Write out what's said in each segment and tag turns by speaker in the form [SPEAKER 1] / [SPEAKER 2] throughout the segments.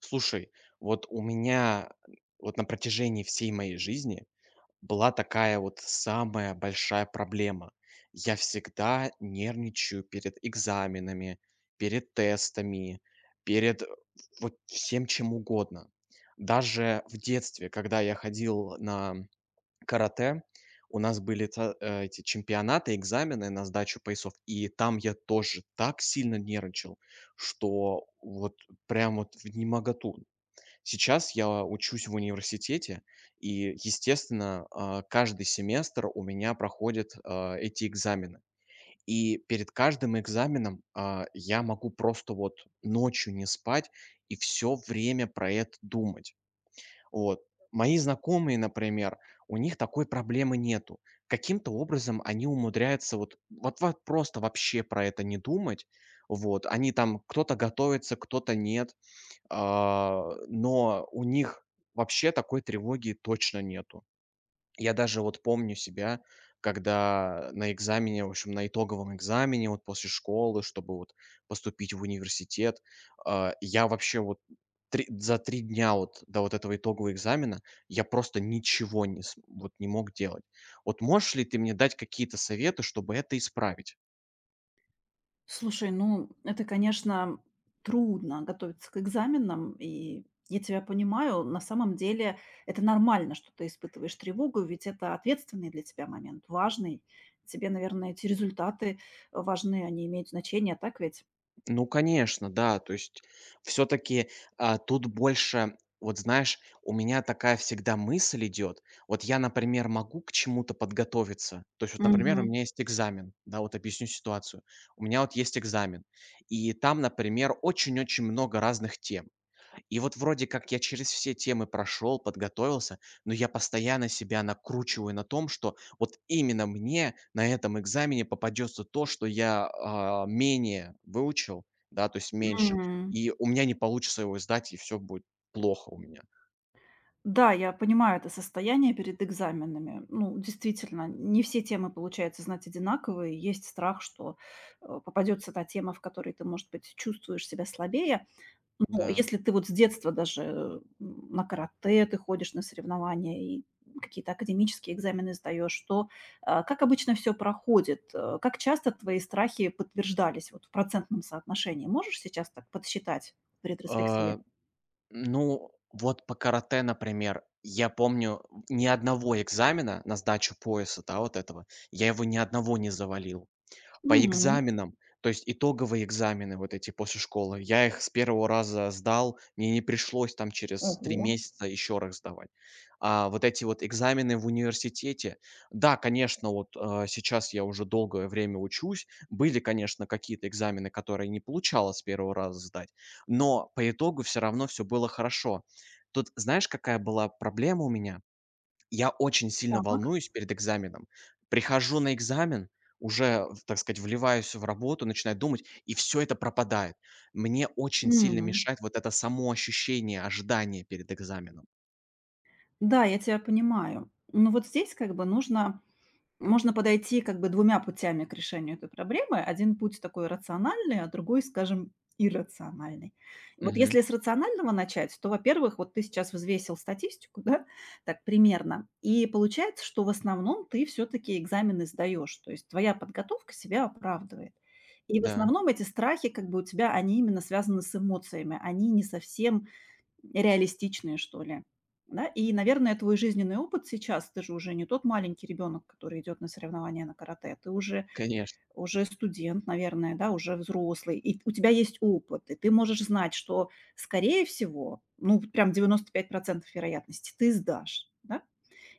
[SPEAKER 1] Слушай, вот у меня вот на протяжении всей моей жизни была такая вот самая большая проблема. Я всегда нервничаю перед экзаменами, перед тестами, перед вот всем чем угодно. Даже в детстве, когда я ходил на карате, у нас были эти чемпионаты, экзамены на сдачу поясов, и там я тоже так сильно нервничал, что вот прям вот в немоготу. Сейчас я учусь в университете, и, естественно, каждый семестр у меня проходят, эти экзамены. И перед каждым экзаменом, я могу просто вот ночью не спать и все время про это думать. Вот. Мои знакомые, например, у них такой проблемы нету. Каким-то образом они умудряются вот просто вообще про это не думать. Вот. Они там кто-то готовится, кто-то нет. Но у них вообще такой тревоги точно нету. Я даже вот помню себя, когда на экзамене, в общем, на итоговом экзамене вот после школы, чтобы вот поступить в университет, я вообще вот за 3 дня вот до вот этого итогового экзамена я просто ничего не, вот не мог делать. Вот можешь ли ты мне дать какие-то советы, чтобы это исправить?
[SPEAKER 2] Слушай, ну это, конечно, трудно готовиться к экзаменам, и я тебя понимаю. На самом деле это нормально, что ты испытываешь тревогу, ведь это ответственный для тебя момент, важный. Тебе, наверное, эти результаты важны, они имеют значение, так ведь?
[SPEAKER 1] Ну, конечно, да. То есть все таки тут больше, вот знаешь, у меня такая всегда мысль идет. Вот я, например, могу к чему-то подготовиться. То есть вот, например, у
[SPEAKER 2] Мгм.
[SPEAKER 1] меня есть экзамен. Да, вот объясню ситуацию. У меня вот есть экзамен, и там, например, очень-очень много разных тем. И вот вроде как я через все темы прошел, подготовился, но я постоянно себя накручиваю на том, что вот именно мне на этом экзамене попадется то, что я, менее выучил, да, то есть меньше,
[SPEAKER 2] М.
[SPEAKER 1] и у меня не получится его сдать, и все будет плохо у меня.
[SPEAKER 2] Да, я понимаю это состояние перед экзаменами. Ну, действительно, не все темы получается знать одинаковые. Есть страх, что попадется та тема, в которой ты, может быть, чувствуешь себя слабее. Ну,
[SPEAKER 1] Да.
[SPEAKER 2] если ты вот с детства даже, на карате ты ходишь на соревнования и какие-то академические экзамены сдаешь, то, как обычно все проходит? Как часто твои страхи подтверждались вот в процентном соотношении? Можешь сейчас так подсчитать в ретроспективе?
[SPEAKER 1] А, ну, вот по карате, например, я помню, ни одного экзамена на сдачу пояса, да, вот этого, я его ни одного не завалил. По
[SPEAKER 2] Мгм.
[SPEAKER 1] экзаменам, то есть итоговые экзамены вот эти после школы, я их с первого раза сдал, мне не пришлось там через 3
[SPEAKER 2] Ого.
[SPEAKER 1] месяца еще раз сдавать. А вот эти вот экзамены в университете, да, конечно, вот, сейчас я уже долгое время учусь, были, конечно, какие-то экзамены, которые не получалось с первого раза сдать, но по итогу все равно все было хорошо. Тут знаешь, какая была проблема у меня? Я очень сильно
[SPEAKER 2] Так.
[SPEAKER 1] волнуюсь перед экзаменом. Прихожу на экзамен, уже, в так сказать, вливаюсь в работу, начинаю думать, и все это пропадает. Мне очень сильно
[SPEAKER 2] М.
[SPEAKER 1] мешает вот это само ощущение ожидания перед экзаменом.
[SPEAKER 2] Да, я тебя понимаю. Но вот здесь как бы нужно. Можно подойти как бы двумя путями к решению этой проблемы. Один путь такой рациональный, а другой, скажем, иррациональный. Вот если
[SPEAKER 1] Мгм.
[SPEAKER 2] с рационального начать, то, во-первых, вот ты сейчас взвесил статистику, да, так примерно, и получается, что в основном ты все таки экзамены сдаешь, то есть твоя подготовка себя оправдывает. И в
[SPEAKER 1] Да,
[SPEAKER 2] основном эти страхи, как бы у тебя, они именно связаны с эмоциями, они не совсем реалистичные, что ли. Да, и, наверное, твой жизненный опыт сейчас, ты же уже не тот маленький ребенок, который идет на соревнования на карате, ты уже,
[SPEAKER 1] конечно.
[SPEAKER 2] уже студент, наверное, да, уже взрослый, и у тебя есть опыт, и ты можешь знать, что, скорее всего, ну, прям 95% вероятности, ты сдашь, да?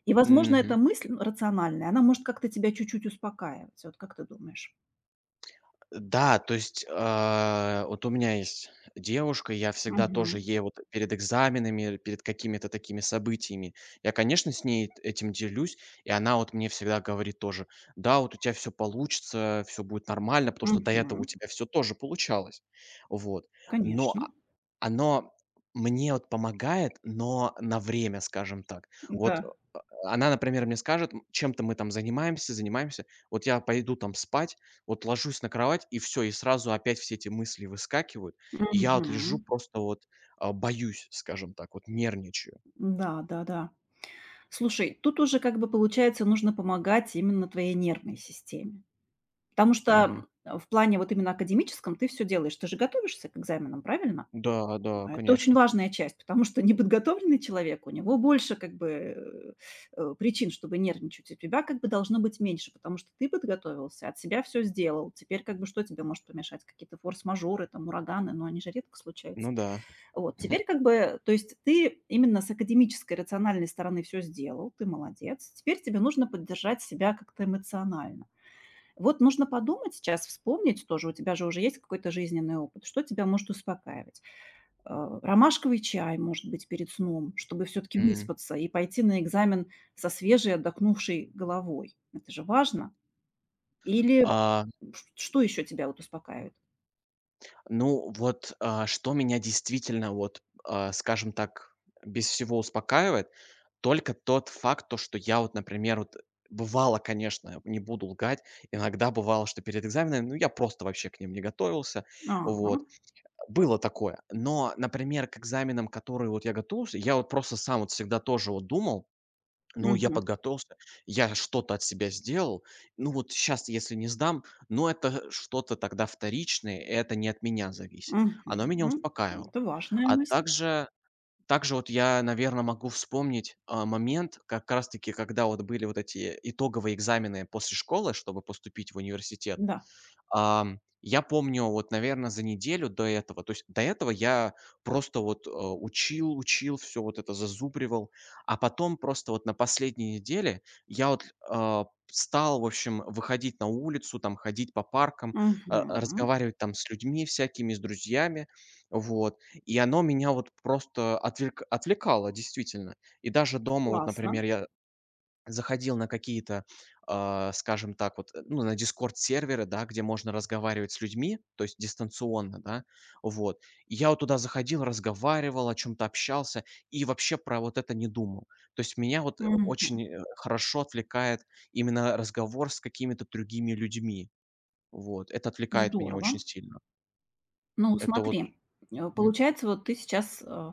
[SPEAKER 2] И, возможно, эта
[SPEAKER 1] Мгм.
[SPEAKER 2] мысль, ну, рациональная, она может как-то тебя чуть-чуть успокаивать, вот как ты думаешь?
[SPEAKER 1] Да, то есть, вот у меня есть девушка, я всегда тоже
[SPEAKER 2] Мгм.
[SPEAKER 1] ей вот перед экзаменами, перед какими-то такими событиями, я, конечно, с ней этим делюсь, и она вот мне всегда говорит тоже: "Да, вот у тебя все получится, все будет нормально", потому что до этого у
[SPEAKER 2] Мгм.
[SPEAKER 1] тебя все тоже получалось. Вот. Но,
[SPEAKER 2] Конечно,
[SPEAKER 1] оно мне вот помогает, но на время, скажем так. Вот,
[SPEAKER 2] да.
[SPEAKER 1] она, например, мне скажет, чем-то мы там занимаемся, занимаемся. Вот я пойду там спать, вот ложусь на кровать, и все, и сразу опять все эти мысли выскакивают. И я вот лежу,
[SPEAKER 2] Мгм.
[SPEAKER 1] просто вот, боюсь, скажем так, вот нервничаю.
[SPEAKER 2] Да, да, да. Слушай, тут уже как бы получается нужно помогать именно твоей нервной системе. Потому что
[SPEAKER 1] Мгм.
[SPEAKER 2] в плане вот именно академическом ты все делаешь, ты же готовишься к экзаменам, правильно?
[SPEAKER 1] Да, да,
[SPEAKER 2] А это очень
[SPEAKER 1] конечно.
[SPEAKER 2] важная часть, потому что неподготовленный человек, у него больше как бы причин, чтобы нервничать. У тебя как бы должно быть меньше, потому что ты подготовился, от себя все сделал. Теперь как бы что тебе может помешать? Какие-то форс-мажоры, там ураганы, но они же редко случаются.
[SPEAKER 1] Ну да.
[SPEAKER 2] Вот,
[SPEAKER 1] Мгм.
[SPEAKER 2] теперь как бы, то есть ты именно с академической, рациональной стороны все сделал, ты молодец. Теперь тебе нужно поддержать себя как-то эмоционально. Вот нужно подумать сейчас, вспомнить тоже, у тебя же уже есть какой-то жизненный опыт, что тебя может успокаивать. Ромашковый чай, может быть, перед сном, чтобы все таки выспаться и пойти на экзамен со свежей, отдохнувшей головой. Это же важно. Или
[SPEAKER 1] А
[SPEAKER 2] ш что еще тебя вот успокаивает?
[SPEAKER 1] Ну вот, что меня действительно вот, скажем так, без всего успокаивает, только тот факт, то, что я вот, например, вот бывало, конечно, не буду лгать, иногда бывало, что перед экзаменами, ну, я просто вообще к ним не готовился,
[SPEAKER 2] Ага,
[SPEAKER 1] вот. Было такое. Но, например, к экзаменам, которые вот я готовился, я вот просто сам вот всегда тоже вот думал, ну, я
[SPEAKER 2] мгм,
[SPEAKER 1] подготовился, я что-то от себя сделал. Ну, вот сейчас, если не сдам, ну, это что-то тогда вторичное, и это не от меня зависит.
[SPEAKER 2] мгм.
[SPEAKER 1] Оно меня
[SPEAKER 2] Мгм.
[SPEAKER 1] успокаивало.
[SPEAKER 2] Это важная
[SPEAKER 1] А
[SPEAKER 2] мысль.
[SPEAKER 1] также вот я, наверное, могу вспомнить, момент, как раз таки, когда вот были вот эти итоговые экзамены после школы, чтобы поступить в университет.
[SPEAKER 2] Да.
[SPEAKER 1] Я помню, вот, наверное, за неделю до этого, то есть до этого я просто вот, учил, учил, все вот это зазубривал, а потом просто вот на последней неделе я вот, стал, в общем, выходить на улицу, там, ходить по паркам,
[SPEAKER 2] Мгм.
[SPEAKER 1] разговаривать там с людьми всякими, с друзьями, вот. И оно меня вот просто отвлекало действительно. И даже дома, вот,
[SPEAKER 2] Классно.
[SPEAKER 1] например, я заходил на какие-то, скажем так, вот, ну, на Discord серверы, да, где можно разговаривать с людьми, то есть дистанционно, да, вот. И я вот туда заходил, разговаривал, о чем-то общался и вообще про вот это не думал. То есть меня вот,
[SPEAKER 2] Мгм.
[SPEAKER 1] очень, хорошо отвлекает именно разговор с какими-то другими людьми. Вот, это отвлекает меня очень
[SPEAKER 2] Здорово.
[SPEAKER 1] сильно.
[SPEAKER 2] Ну,
[SPEAKER 1] Это вот.
[SPEAKER 2] смотри,
[SPEAKER 1] М.
[SPEAKER 2] получается, вот ты сейчас,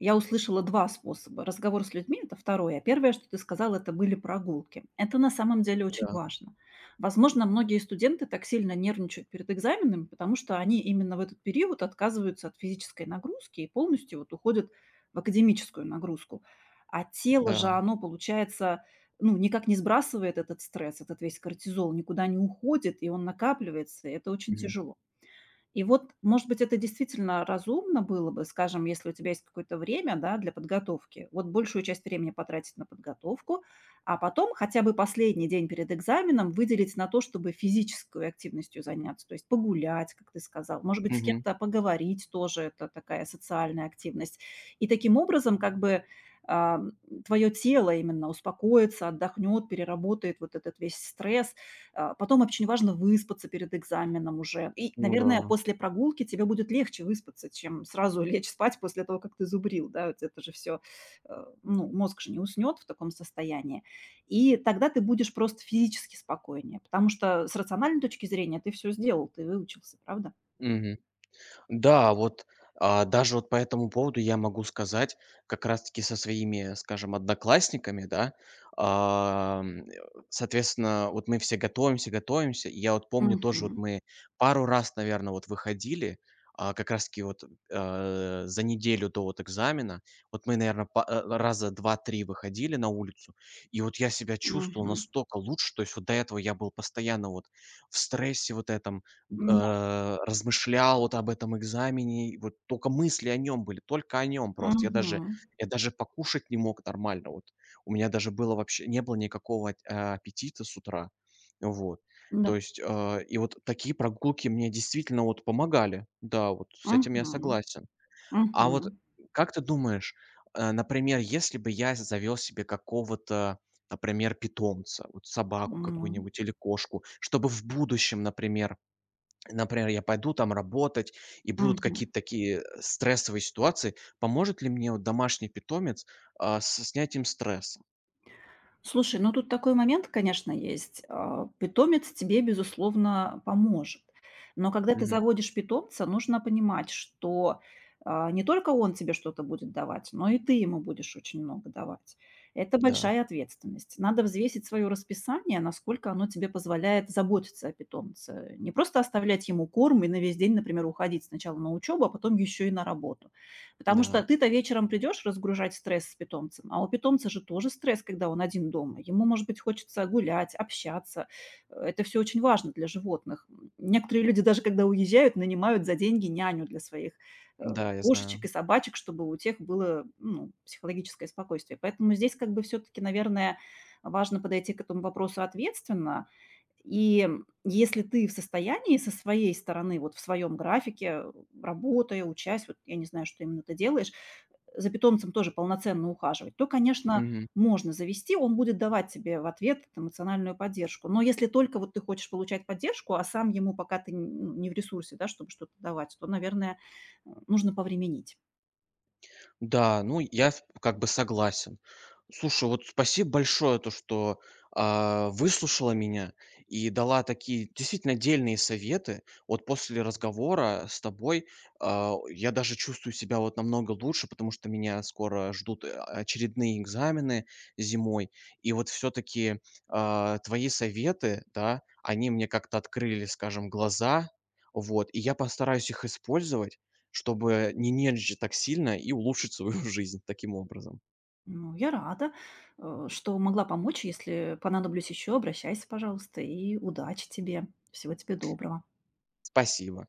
[SPEAKER 2] я услышала 2 способа. Разговор с людьми- это 2, а первое, что ты сказал, это были прогулки. Это на самом деле очень
[SPEAKER 1] Да,
[SPEAKER 2] важно. Возможно, многие студенты так сильно нервничают перед экзаменами, потому что они именно в этот период отказываются от физической нагрузки и полностью вот уходят в академическую нагрузку. А тело же,
[SPEAKER 1] да.
[SPEAKER 2] оно, получается, ну, никак не сбрасывает этот стресс, этот весь кортизол никуда не уходит, и он накапливается, и это очень
[SPEAKER 1] Мгм.
[SPEAKER 2] тяжело. И вот, может быть, это действительно разумно было бы, скажем, если у тебя есть какое-то время, да, для подготовки, вот большую часть времени потратить на подготовку, а потом хотя бы последний день перед экзаменом выделить на то, чтобы физической активностью заняться, то есть погулять, как ты сказал, может быть, с
[SPEAKER 1] Мгм.
[SPEAKER 2] кем-то поговорить тоже, это такая социальная активность. И таким образом как бы твое тело именно успокоится, отдохнет, переработает вот этот весь стресс, потом очень важно выспаться перед экзаменом уже. И,
[SPEAKER 1] Ну да.
[SPEAKER 2] наверное, после прогулки тебе будет легче выспаться, чем сразу лечь спать после того, как ты зубрил, да, вот это же все, ну, мозг же не уснет в таком состоянии. И тогда ты будешь просто физически спокойнее, потому что с рациональной точки зрения ты все сделал, ты выучился, правда?
[SPEAKER 1] Мгм. Да, вот, даже вот по этому поводу я могу сказать, как раз таки со своими, скажем, одноклассниками, да, ам, э, соответственно, вот мы все готовимся, готовимся. И я вот помню тоже, вот
[SPEAKER 2] Мгм.
[SPEAKER 1] мы пару раз, наверное, вот выходили, как раз таки вот, за неделю до вот экзамена. Вот мы, наверное, раза два-три выходили на улицу, и вот я себя чувствовал
[SPEAKER 2] Мгм.
[SPEAKER 1] настолько лучше. То есть вот до этого я был постоянно вот в стрессе вот этом,
[SPEAKER 2] Да.
[SPEAKER 1] размышлял вот об этом экзамене, и вот только мысли о нем были, только о нем просто. Я даже
[SPEAKER 2] Мгм.
[SPEAKER 1] я даже покушать не мог нормально. Вот у меня даже было вообще не было никакого аппетита с утра. Вот.
[SPEAKER 2] Да.
[SPEAKER 1] То есть, и вот такие прогулки мне действительно вот помогали. Да, вот с этим я
[SPEAKER 2] Мгм.
[SPEAKER 1] согласен. А
[SPEAKER 2] Мгм.
[SPEAKER 1] вот как ты думаешь, например, если бы я завел себе какого-то, например, питомца, вот собаку
[SPEAKER 2] М.
[SPEAKER 1] какую-нибудь или кошку, чтобы в будущем, например, я пойду там работать, и будут
[SPEAKER 2] Мгм.
[SPEAKER 1] какие-то такие стрессовые ситуации. Поможет ли мне вот домашний питомец, со снятием стресса?
[SPEAKER 2] Слушай, ну тут такой момент, конечно, есть. Питомец тебе, безусловно, поможет. Но когда ты
[SPEAKER 1] Мгм.
[SPEAKER 2] заводишь питомца, нужно понимать, что не только он тебе что-то будет давать, но и ты ему будешь очень много давать. Это
[SPEAKER 1] Да,
[SPEAKER 2] большая ответственность. Надо взвесить свое расписание, насколько оно тебе позволяет заботиться о питомце. Не просто оставлять ему корм и на весь день, например, уходить сначала на учебу, а потом еще и на работу. Потому что
[SPEAKER 1] да,
[SPEAKER 2] ты-то вечером придешь разгружать стресс с питомцем, а у питомца же тоже стресс, когда он один дома. Ему, может быть, хочется гулять, общаться. Это все очень важно для животных. Некоторые люди даже, когда уезжают, нанимают за деньги няню для своих э,
[SPEAKER 1] да, я
[SPEAKER 2] кошечек и
[SPEAKER 1] знаю.
[SPEAKER 2] собачек, чтобы у тех было, ну, психологическое спокойствие. Поэтому здесь как бы все-таки, наверное, важно подойти к этому вопросу ответственно, и если ты в состоянии со своей стороны, вот в своем графике, работая, учась, вот я не знаю, что именно ты делаешь, за питомцем тоже полноценно ухаживать, то, конечно, можно завести, он будет давать тебе в ответ эмоциональную поддержку. Но если только вот ты хочешь получать поддержку, а сам ему пока ты ну, не в ресурсе, да, чтобы что-то давать, то, наверное, нужно повременить.
[SPEAKER 1] Да, ну, я с как бы согласен. Слушай, вот спасибо большое, то, что, выслушала меня и дала такие действительно дельные советы. Вот после разговора с тобой, я даже чувствую себя вот намного лучше, потому что меня скоро ждут, очередные экзамены зимой. И вот все таки твои советы, да, они мне как-то открыли, скажем, глаза. Вот, и я постараюсь их использовать. Чтобы не нервничать так сильно и улучшить свою жизнь таким образом.
[SPEAKER 2] Ну, я рада, что могла помочь. Если понадоблюсь еще, обращайся, пожалуйста, и удачи тебе. Всего тебе доброго.
[SPEAKER 1] Спасибо.